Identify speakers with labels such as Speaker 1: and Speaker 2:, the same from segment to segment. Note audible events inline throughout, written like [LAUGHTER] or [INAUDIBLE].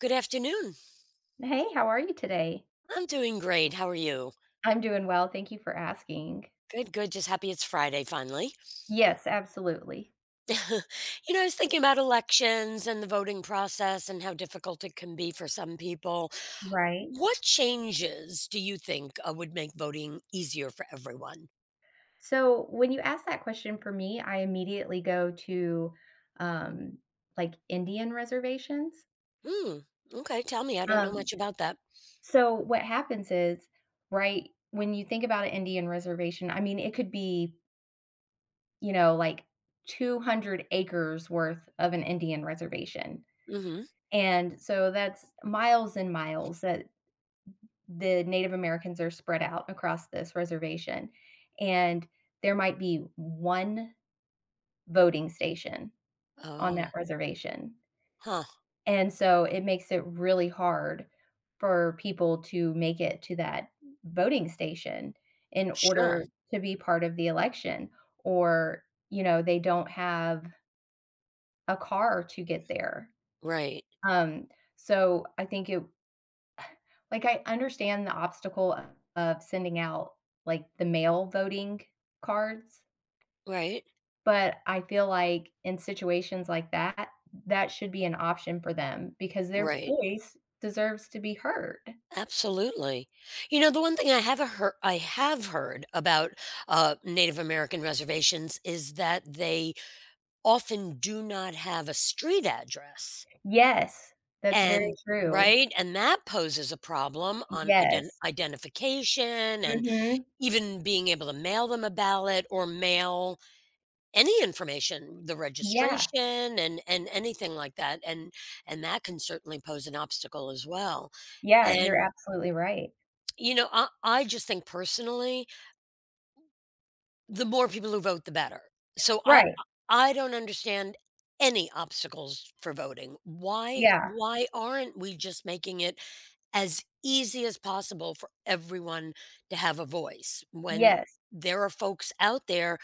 Speaker 1: Good afternoon.
Speaker 2: Hey, how are you today?
Speaker 1: I'm doing great. How are you?
Speaker 2: I'm doing well. Thank you for asking.
Speaker 1: Good, good. Just happy it's Friday finally.
Speaker 2: Yes, absolutely.
Speaker 1: [LAUGHS] You know, I was thinking about elections and the voting process and how difficult it can be for some people.
Speaker 2: Right.
Speaker 1: What changes do you think would make voting easier for everyone?
Speaker 2: So when you ask that question for me, I immediately go to um, like Indian reservations.
Speaker 1: Hmm. Okay. Tell me. I don't know
Speaker 2: Um,
Speaker 1: much about that.
Speaker 2: so what happens is, right, when you think about an Indian reservation, I mean, it could be, like 200 acres worth of an Indian reservation.
Speaker 1: Mm-hmm.
Speaker 2: And so that's miles and miles that the Native Americans are spread out across this reservation, and there might be one voting station on
Speaker 1: Uh,
Speaker 2: that reservation.
Speaker 1: huh.
Speaker 2: And so it makes it really hard for people to make it to that voting station in
Speaker 1: Sure.
Speaker 2: order to be part of the election, or, they don't have a car to get there.
Speaker 1: Right.
Speaker 2: Um, so I think it Like, I understand the obstacle of sending out, like, the mail voting cards,
Speaker 1: Right.
Speaker 2: but I feel like in situations like that, that should be an option for them because their
Speaker 1: Right.
Speaker 2: voice deserves to be heard.
Speaker 1: Absolutely. You know, the one thing I have heard about, Native American reservations is that they often do not have a street address,
Speaker 2: Yes, that's very
Speaker 1: and
Speaker 2: true.
Speaker 1: right? And that poses a problem on
Speaker 2: Yes.
Speaker 1: identification and
Speaker 2: Mhm.
Speaker 1: even being able to mail them a ballot or mail any information, the
Speaker 2: Yeah.
Speaker 1: registration and anything like that, and that can certainly pose an obstacle as well,
Speaker 2: Yeah, you're
Speaker 1: and
Speaker 2: absolutely right.
Speaker 1: you know, I just think personally, the more people who vote, the better. So I
Speaker 2: Right.
Speaker 1: I don't understand any obstacles for voting.
Speaker 2: Yeah.
Speaker 1: Why aren't we just making it as easy as possible for everyone to have a voice when
Speaker 2: Yes.
Speaker 1: there are folks out there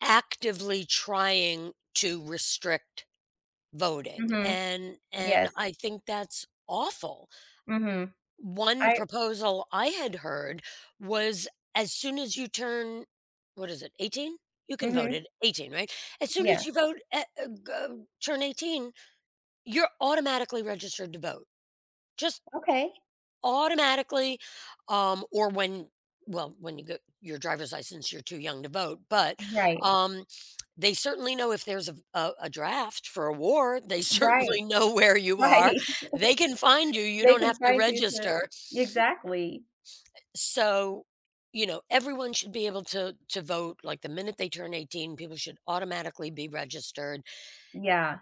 Speaker 1: actively trying to restrict voting?
Speaker 2: Mhm.
Speaker 1: And
Speaker 2: Yes.
Speaker 1: I think that's awful.
Speaker 2: Mhm.
Speaker 1: One
Speaker 2: I
Speaker 1: proposal I had heard was as soon as you turn, what is it, 18? You can vote
Speaker 2: Mhm.
Speaker 1: at 18, right? As soon as
Speaker 2: Yeah.
Speaker 1: you vote at go turn 18, you're automatically registered to vote. Just
Speaker 2: Okay.
Speaker 1: automatically, or when, well, when you get your driver's license, you're too young to vote, but,
Speaker 2: Right.
Speaker 1: um, they certainly know if there's a draft for a war, they [LAUGHS] certainly
Speaker 2: Right.
Speaker 1: know where
Speaker 2: [LAUGHS]
Speaker 1: you are.
Speaker 2: Right.
Speaker 1: They can find you, you
Speaker 2: They
Speaker 1: don't have
Speaker 2: can
Speaker 1: to
Speaker 2: find you to
Speaker 1: register.
Speaker 2: exactly.
Speaker 1: So, you know, everyone should be able to vote, like, the minute they turn 18, people should automatically be registered
Speaker 2: Yeah.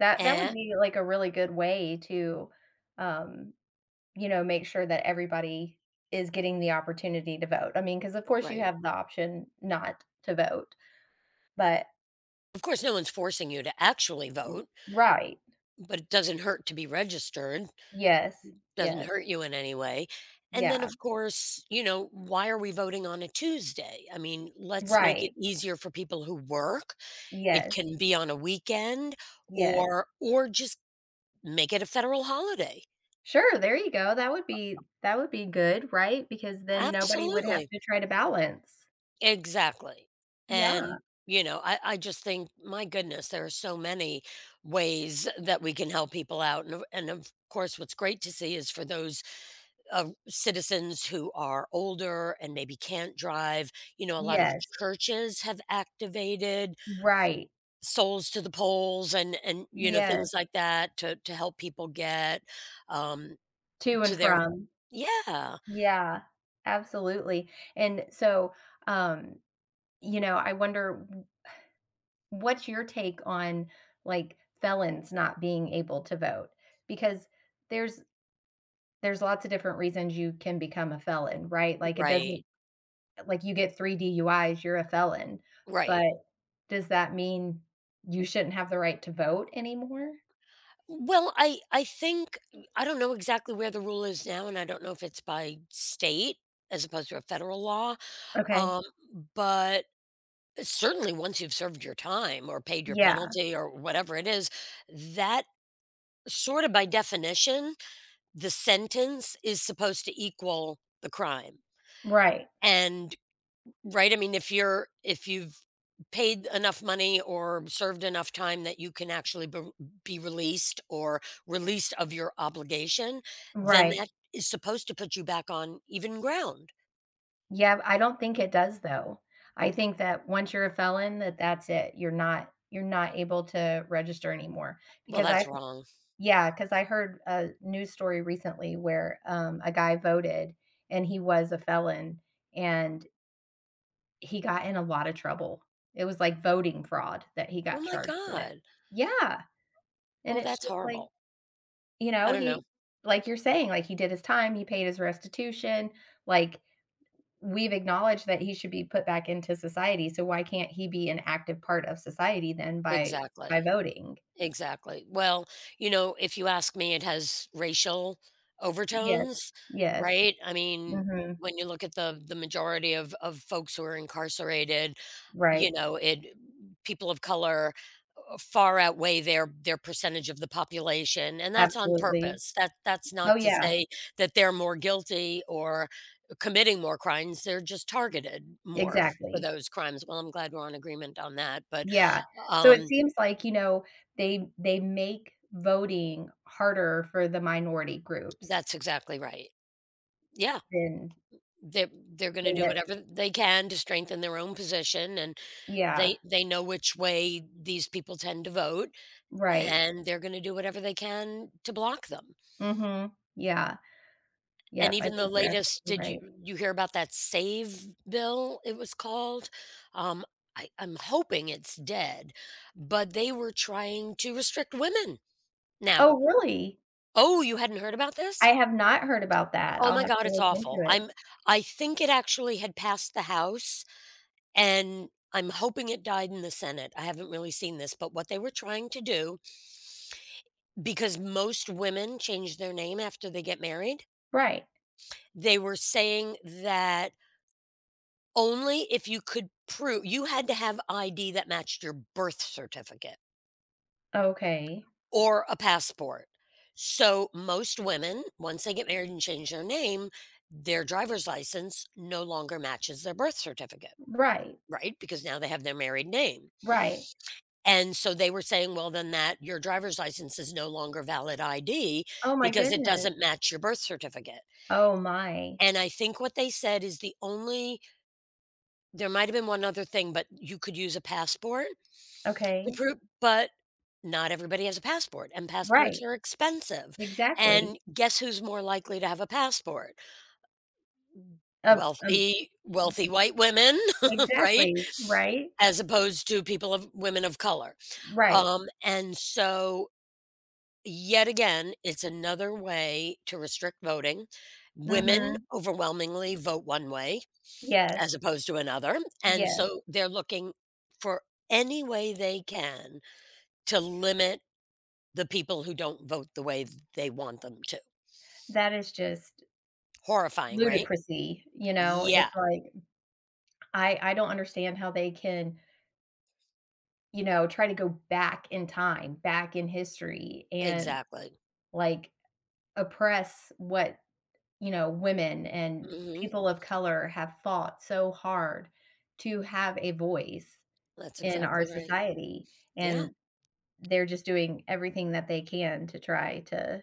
Speaker 2: That would
Speaker 1: and
Speaker 2: be, like, a really good way to, um, make sure that everybody is getting the opportunity to vote. I mean, because of course you
Speaker 1: right.
Speaker 2: have the option not to vote, but
Speaker 1: Of course, no one's forcing you to actually vote,
Speaker 2: Right.
Speaker 1: but it doesn't hurt to be registered,
Speaker 2: Yes.
Speaker 1: doesn't
Speaker 2: Yes.
Speaker 1: hurt you in any way. And then,
Speaker 2: Yeah.
Speaker 1: of course, you know, why are we voting on a Tuesday? I mean, let's make it
Speaker 2: Right.
Speaker 1: easier for people who work. It
Speaker 2: Yes.
Speaker 1: can be on a weekend
Speaker 2: Yes.
Speaker 1: or just make it a federal holiday.
Speaker 2: Sure, there you go. That would be good, right? Because then nobody would have
Speaker 1: Absolutely.
Speaker 2: to try to balance.
Speaker 1: Exactly. And,
Speaker 2: Yeah.
Speaker 1: you know, I just think, my goodness, there are so many ways that we can help people out. And, of course, what's great to see is for those citizens who are older and maybe can't drive, you know, a lot of
Speaker 2: Yes.
Speaker 1: churches have activated
Speaker 2: Right.
Speaker 1: souls to the polls and things
Speaker 2: Yes.
Speaker 1: like that to help people get um,
Speaker 2: To
Speaker 1: to
Speaker 2: and
Speaker 1: their,
Speaker 2: from.
Speaker 1: yeah,
Speaker 2: Yeah, absolutely, and so, um, I wonder w what's your take on, like, felons not being able to vote? Because there's there's lots of different reasons you can become a felon, right? Like, it
Speaker 1: right,
Speaker 2: doesn't like, you get 3 DUIs, you're a felon,
Speaker 1: right.
Speaker 2: but does that mean you shouldn't have the right to vote anymore?
Speaker 1: Well, I think I don't know exactly where the rule is now, and I don't know if it's by state as opposed to a federal law.
Speaker 2: Okay.
Speaker 1: Um, but certainly, once you've served your time or paid your
Speaker 2: Yeah.
Speaker 1: penalty or whatever it is, that sort of by definition, the sentence is supposed to equal the crime.
Speaker 2: Right.
Speaker 1: And right, I mean, if you've paid enough money or served enough time that you can actually be released or released of your obligation, then
Speaker 2: Right.
Speaker 1: that is supposed to put you back on even ground.
Speaker 2: Yeah, I don't think it does though. I think that once you're a felon that that's it. You're not able to register anymore
Speaker 1: Well,
Speaker 2: because I
Speaker 1: that's wrong.
Speaker 2: yeah, because I heard a news story recently where, a guy voted and he was a felon and he got in a lot of trouble. It was like voting fraud that he
Speaker 1: Oh
Speaker 2: got
Speaker 1: my
Speaker 2: charged with.
Speaker 1: god.
Speaker 2: Yeah, and
Speaker 1: Well,
Speaker 2: it's
Speaker 1: that's
Speaker 2: just like,
Speaker 1: horrible. I don't know.
Speaker 2: he like you're saying, like, he did his time, he paid his restitution, like we've acknowledged that he should be put back into society, so why can't he be an active part of society then by
Speaker 1: Exactly,
Speaker 2: voting?
Speaker 1: exactly. Well, you know, if you ask me, it has racial
Speaker 2: Yes.
Speaker 1: overtones,
Speaker 2: Yes.
Speaker 1: right? I mean,
Speaker 2: Mhm.
Speaker 1: when you look at the majority of folks who are incarcerated. You
Speaker 2: Right.
Speaker 1: know, it people of color far outweigh their percentage of the population, and that's on
Speaker 2: Absolutely.
Speaker 1: purpose. That that's
Speaker 2: Oh,
Speaker 1: not to
Speaker 2: yeah.
Speaker 1: say that they're more guilty or committing more crimes, they're just targeted more for
Speaker 2: Exactly.
Speaker 1: those crimes. Well, I'm glad we're on agreement on that, but,
Speaker 2: Yeah. So it
Speaker 1: um,
Speaker 2: seems like, they make voting harder for the minority groups
Speaker 1: that's exactly right. Yeah,
Speaker 2: than
Speaker 1: they're gonna
Speaker 2: than
Speaker 1: do
Speaker 2: the
Speaker 1: whatever they can to strengthen their own position, and
Speaker 2: Yeah.
Speaker 1: they know which way these people tend to vote,
Speaker 2: Right.
Speaker 1: and they're gonna do whatever they can to block them.
Speaker 2: Mhm. Yeah.
Speaker 1: And
Speaker 2: Yep, I
Speaker 1: even the
Speaker 2: think you're
Speaker 1: latest,
Speaker 2: absolutely
Speaker 1: did you
Speaker 2: right.
Speaker 1: you hear about that SAVE bill, it was called? Um, I'm hoping it's dead, but they were trying to restrict women now.
Speaker 2: Oh, really?
Speaker 1: Oh, you hadn't heard about this?
Speaker 2: I have not heard about that.
Speaker 1: Oh
Speaker 2: I'll
Speaker 1: my
Speaker 2: have
Speaker 1: god,
Speaker 2: to
Speaker 1: it's
Speaker 2: look into
Speaker 1: awful.
Speaker 2: it.
Speaker 1: I'm I think it actually had passed the House, and I'm hoping it died in the Senate. I haven't really seen this, but what they were trying to do, because most women change their name after they get married,
Speaker 2: Right.
Speaker 1: they were saying that only if you could prove, you had to have ID that matched your birth certificate
Speaker 2: Okay.
Speaker 1: or a passport. So, most women, once they get married and change their name, their driver's license no longer matches their birth certificate,
Speaker 2: Right,
Speaker 1: right? Because now they have their married name.
Speaker 2: right.
Speaker 1: And so they were saying, well, then that your driver's license is no longer valid ID
Speaker 2: Oh my
Speaker 1: because it
Speaker 2: goodness.
Speaker 1: doesn't match your birth certificate.
Speaker 2: Oh my.
Speaker 1: And I think what they said is the only there might have been one other thing, but you could use a passport. The
Speaker 2: Okay.
Speaker 1: proo But not everybody has a passport, and passports
Speaker 2: Right.
Speaker 1: are expensive,
Speaker 2: Exactly.
Speaker 1: and guess who's more likely to have a passport?
Speaker 2: Um, um,
Speaker 1: Wealthy wealthy white women, [LAUGHS] right?
Speaker 2: exactly, right?
Speaker 1: As opposed to people of women of color.
Speaker 2: Right.
Speaker 1: And so, yet again, it's another way to restrict voting. Women
Speaker 2: Mhm.
Speaker 1: overwhelmingly vote one way as
Speaker 2: Yes.
Speaker 1: opposed to another, and
Speaker 2: Yes.
Speaker 1: so they're looking for any way they can to limit the people who don't vote the way they want them to.
Speaker 2: That is just
Speaker 1: Horrifying, right?
Speaker 2: ludicrousy, you know?
Speaker 1: Yeah,
Speaker 2: It's like, I don't understand how they can, try to go back in time, back in history and,
Speaker 1: exactly.
Speaker 2: like, oppress what you know, women and
Speaker 1: Mhm.
Speaker 2: people of color have fought so hard to have a voice
Speaker 1: That's
Speaker 2: in our
Speaker 1: exactly right.
Speaker 2: society,
Speaker 1: Yeah,
Speaker 2: and they're just doing everything that they can to try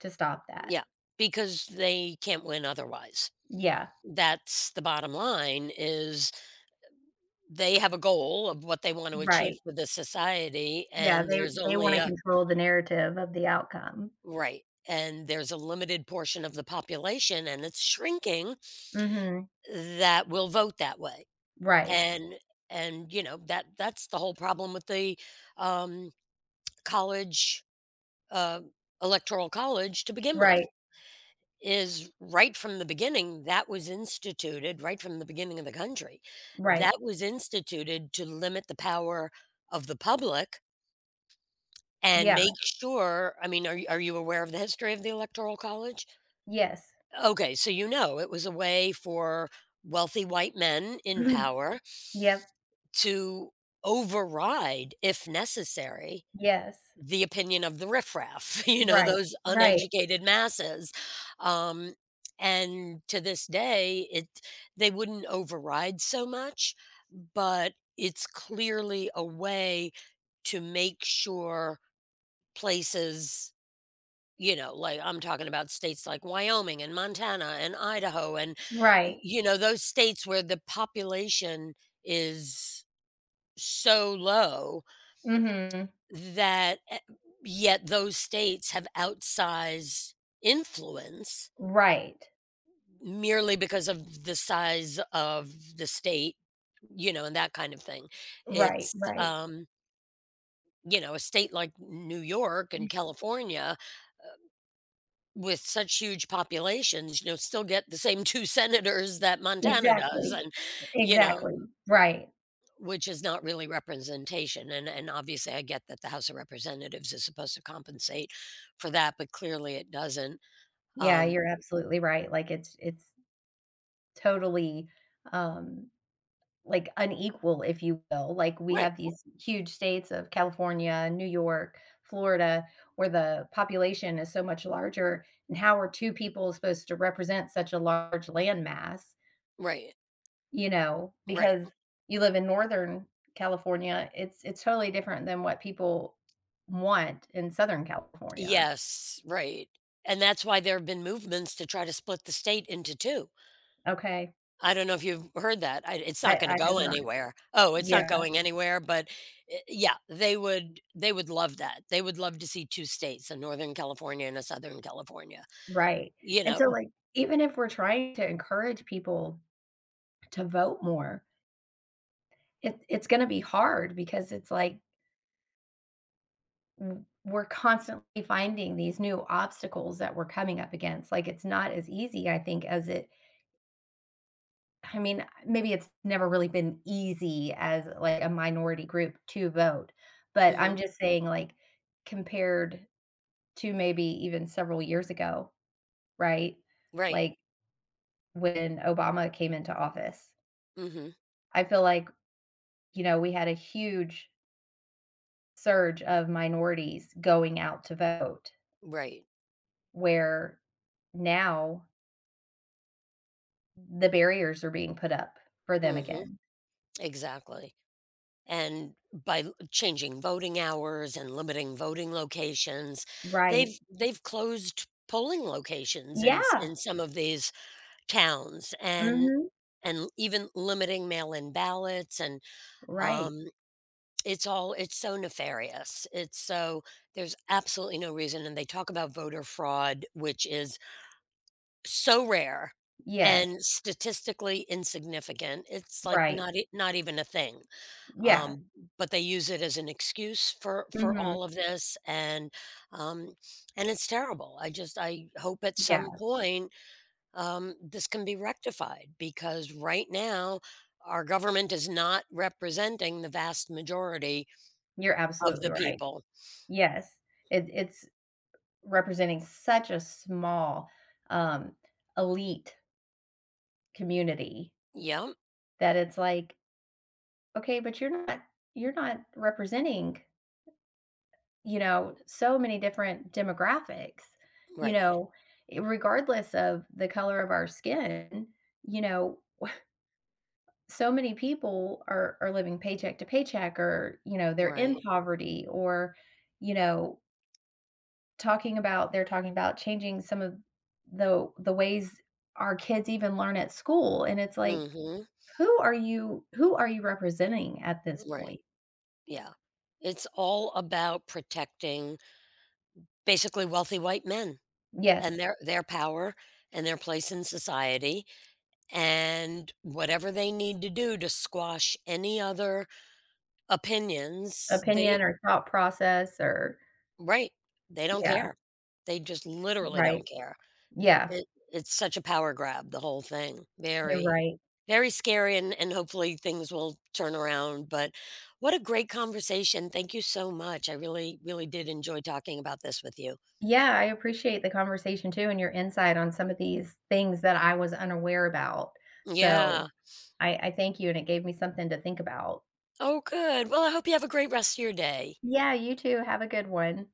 Speaker 2: to stop that.
Speaker 1: yeah, because they can't win otherwise.
Speaker 2: Yeah,
Speaker 1: That's the bottom line is they have a goal of what they want to achieve
Speaker 2: right.
Speaker 1: for the society,
Speaker 2: Yeah,
Speaker 1: and there's
Speaker 2: they
Speaker 1: only
Speaker 2: wanna
Speaker 1: a
Speaker 2: control the narrative of the outcome.
Speaker 1: right, and there's a limited portion of the population, and it's shrinking,
Speaker 2: Mhm.
Speaker 1: that will vote that way,
Speaker 2: Right,
Speaker 1: and and, you know, that that's the whole problem with the, um college, uh, electoral college to begin
Speaker 2: right,
Speaker 1: with is right from the beginning that was instituted right from the beginning of the country
Speaker 2: right.
Speaker 1: that was instituted to limit the power of the public and
Speaker 2: Yeah,
Speaker 1: make sure, I mean, are you aware of the history of the electoral college?
Speaker 2: yes.
Speaker 1: Okay, so you know it was a way for wealthy white men in
Speaker 2: [CLEARS THROAT]
Speaker 1: power
Speaker 2: Yep,
Speaker 1: to override if necessary
Speaker 2: yes.
Speaker 1: the opinion of the riffraff, [LAUGHS] you know,
Speaker 2: Right,
Speaker 1: those
Speaker 2: right,
Speaker 1: uneducated masses, um, and to this day, it they wouldn't override so much, but it's clearly a way to make sure places, you know, like, I'm talking about states like Wyoming and Montana and Idaho and, y
Speaker 2: right.
Speaker 1: you know, those states where the population is so low
Speaker 2: Mhm.
Speaker 1: that yet those states have outsized influence
Speaker 2: Right,
Speaker 1: merely because of the size of the state, you know, and that kind of thing.
Speaker 2: right,
Speaker 1: It's,
Speaker 2: right.
Speaker 1: you know, a state like New York and California with such huge populations, you know, still get the same [LAUGHS] 2 senators that Montana does
Speaker 2: Exactly.
Speaker 1: and, you know,
Speaker 2: Exactly. Right.
Speaker 1: which is not really representation, and obviously I get that the House of Representatives is supposed to compensate for that, but clearly it doesn't.
Speaker 2: Yeah,
Speaker 1: Um,
Speaker 2: you're absolutely right. Like, it's totally, um, like, unequal, if you will. Like, we
Speaker 1: right,
Speaker 2: have these huge states of California, New York, Florida, where the population is so much larger, and how are 2 people supposed to represent such a large land mass?
Speaker 1: right,
Speaker 2: You know?
Speaker 1: right.
Speaker 2: Because you live in Northern California, it's totally different than what people want in Southern California.
Speaker 1: Yes, right. And that's why there have been movements to try to split the state into two.
Speaker 2: Okay.
Speaker 1: I don't know if you've heard that. I, it's not going to
Speaker 2: I
Speaker 1: go
Speaker 2: have not.
Speaker 1: anywhere. Oh, it's not
Speaker 2: Yeah,
Speaker 1: going anywhere. But yeah, they would love that. They would love to see two states, a Northern California and a Southern California.
Speaker 2: right.
Speaker 1: You
Speaker 2: And so,
Speaker 1: know,
Speaker 2: like, even if we're trying to encourage people to vote more, it it's gonna be hard because it's like w we're constantly finding these new obstacles that we're coming up against. Like, it's not as easy, I think, as it I mean, maybe it's never really been easy as, like, a minority group to vote, but
Speaker 1: hmm
Speaker 2: I'm just saying, like, compared to maybe even several years ago, right?
Speaker 1: right,
Speaker 2: Like when Obama came into office.
Speaker 1: hmm
Speaker 2: I feel like, we had a huge surge of minorities going out to vote,
Speaker 1: right,
Speaker 2: where now the barriers are being put up for them
Speaker 1: hmm
Speaker 2: again.
Speaker 1: exactly. And by l changing voting hours and limiting voting locations,
Speaker 2: Right.
Speaker 1: they've closed polling locations in s
Speaker 2: Yeah.
Speaker 1: in some of these towns
Speaker 2: Mhm.
Speaker 1: and even limiting mail-in ballots and,
Speaker 2: Right.
Speaker 1: um, it's all it's so nefarious. It's so there's absolutely no reason, and they talk about voter fraud, which is so rare
Speaker 2: Yes.
Speaker 1: and statistically insignificant. It's like
Speaker 2: Right.
Speaker 1: not even a thing.
Speaker 2: Yeah.
Speaker 1: Um, but they use it as an excuse for
Speaker 2: Mhm.
Speaker 1: all of this, um, and it's terrible. I just I hope at some
Speaker 2: Yeah.
Speaker 1: point this can be rectified because right now our government is not representing the vast majority
Speaker 2: You're
Speaker 1: of
Speaker 2: absolutely
Speaker 1: the
Speaker 2: right.
Speaker 1: people.
Speaker 2: Yes. It it's representing such a small, um, elite community
Speaker 1: Yeah,
Speaker 2: that it's like Okay, but you're not representing, so many different demographics. You
Speaker 1: right,
Speaker 2: know, I regardless of the color of our skin, you know, so many people are living paycheck to paycheck or, they're in
Speaker 1: right.
Speaker 2: poverty or, you know, talking about they're talking about changing some of the ways our kids even learn at school, and it's like,
Speaker 1: Hmm
Speaker 2: who are you representing at this
Speaker 1: right.
Speaker 2: point?
Speaker 1: Yeah. It's all about protecting basically wealthy white men and
Speaker 2: Yes.
Speaker 1: their power and their place in society and whatever they need to do to squash any other opinions, they
Speaker 2: Opinion or thought process or
Speaker 1: right, they don't
Speaker 2: yeah,
Speaker 1: care. They just literally
Speaker 2: right.
Speaker 1: don't care.
Speaker 2: Yeah,
Speaker 1: It, it's such a power grab, the whole thing.
Speaker 2: you're
Speaker 1: Very,
Speaker 2: right.
Speaker 1: very scary, and hopefully things will turn around. But what a great conversation. Thank you so much. I really, really did enjoy talking about this with you.
Speaker 2: Yeah, I appreciate the conversation too and your insight on some of these things that I was unaware about. So
Speaker 1: Yeah.
Speaker 2: I thank you, and it gave me something to think about.
Speaker 1: Oh, good. Well, I hope you have a great rest of your day.
Speaker 2: Yeah, you too. Have a good one.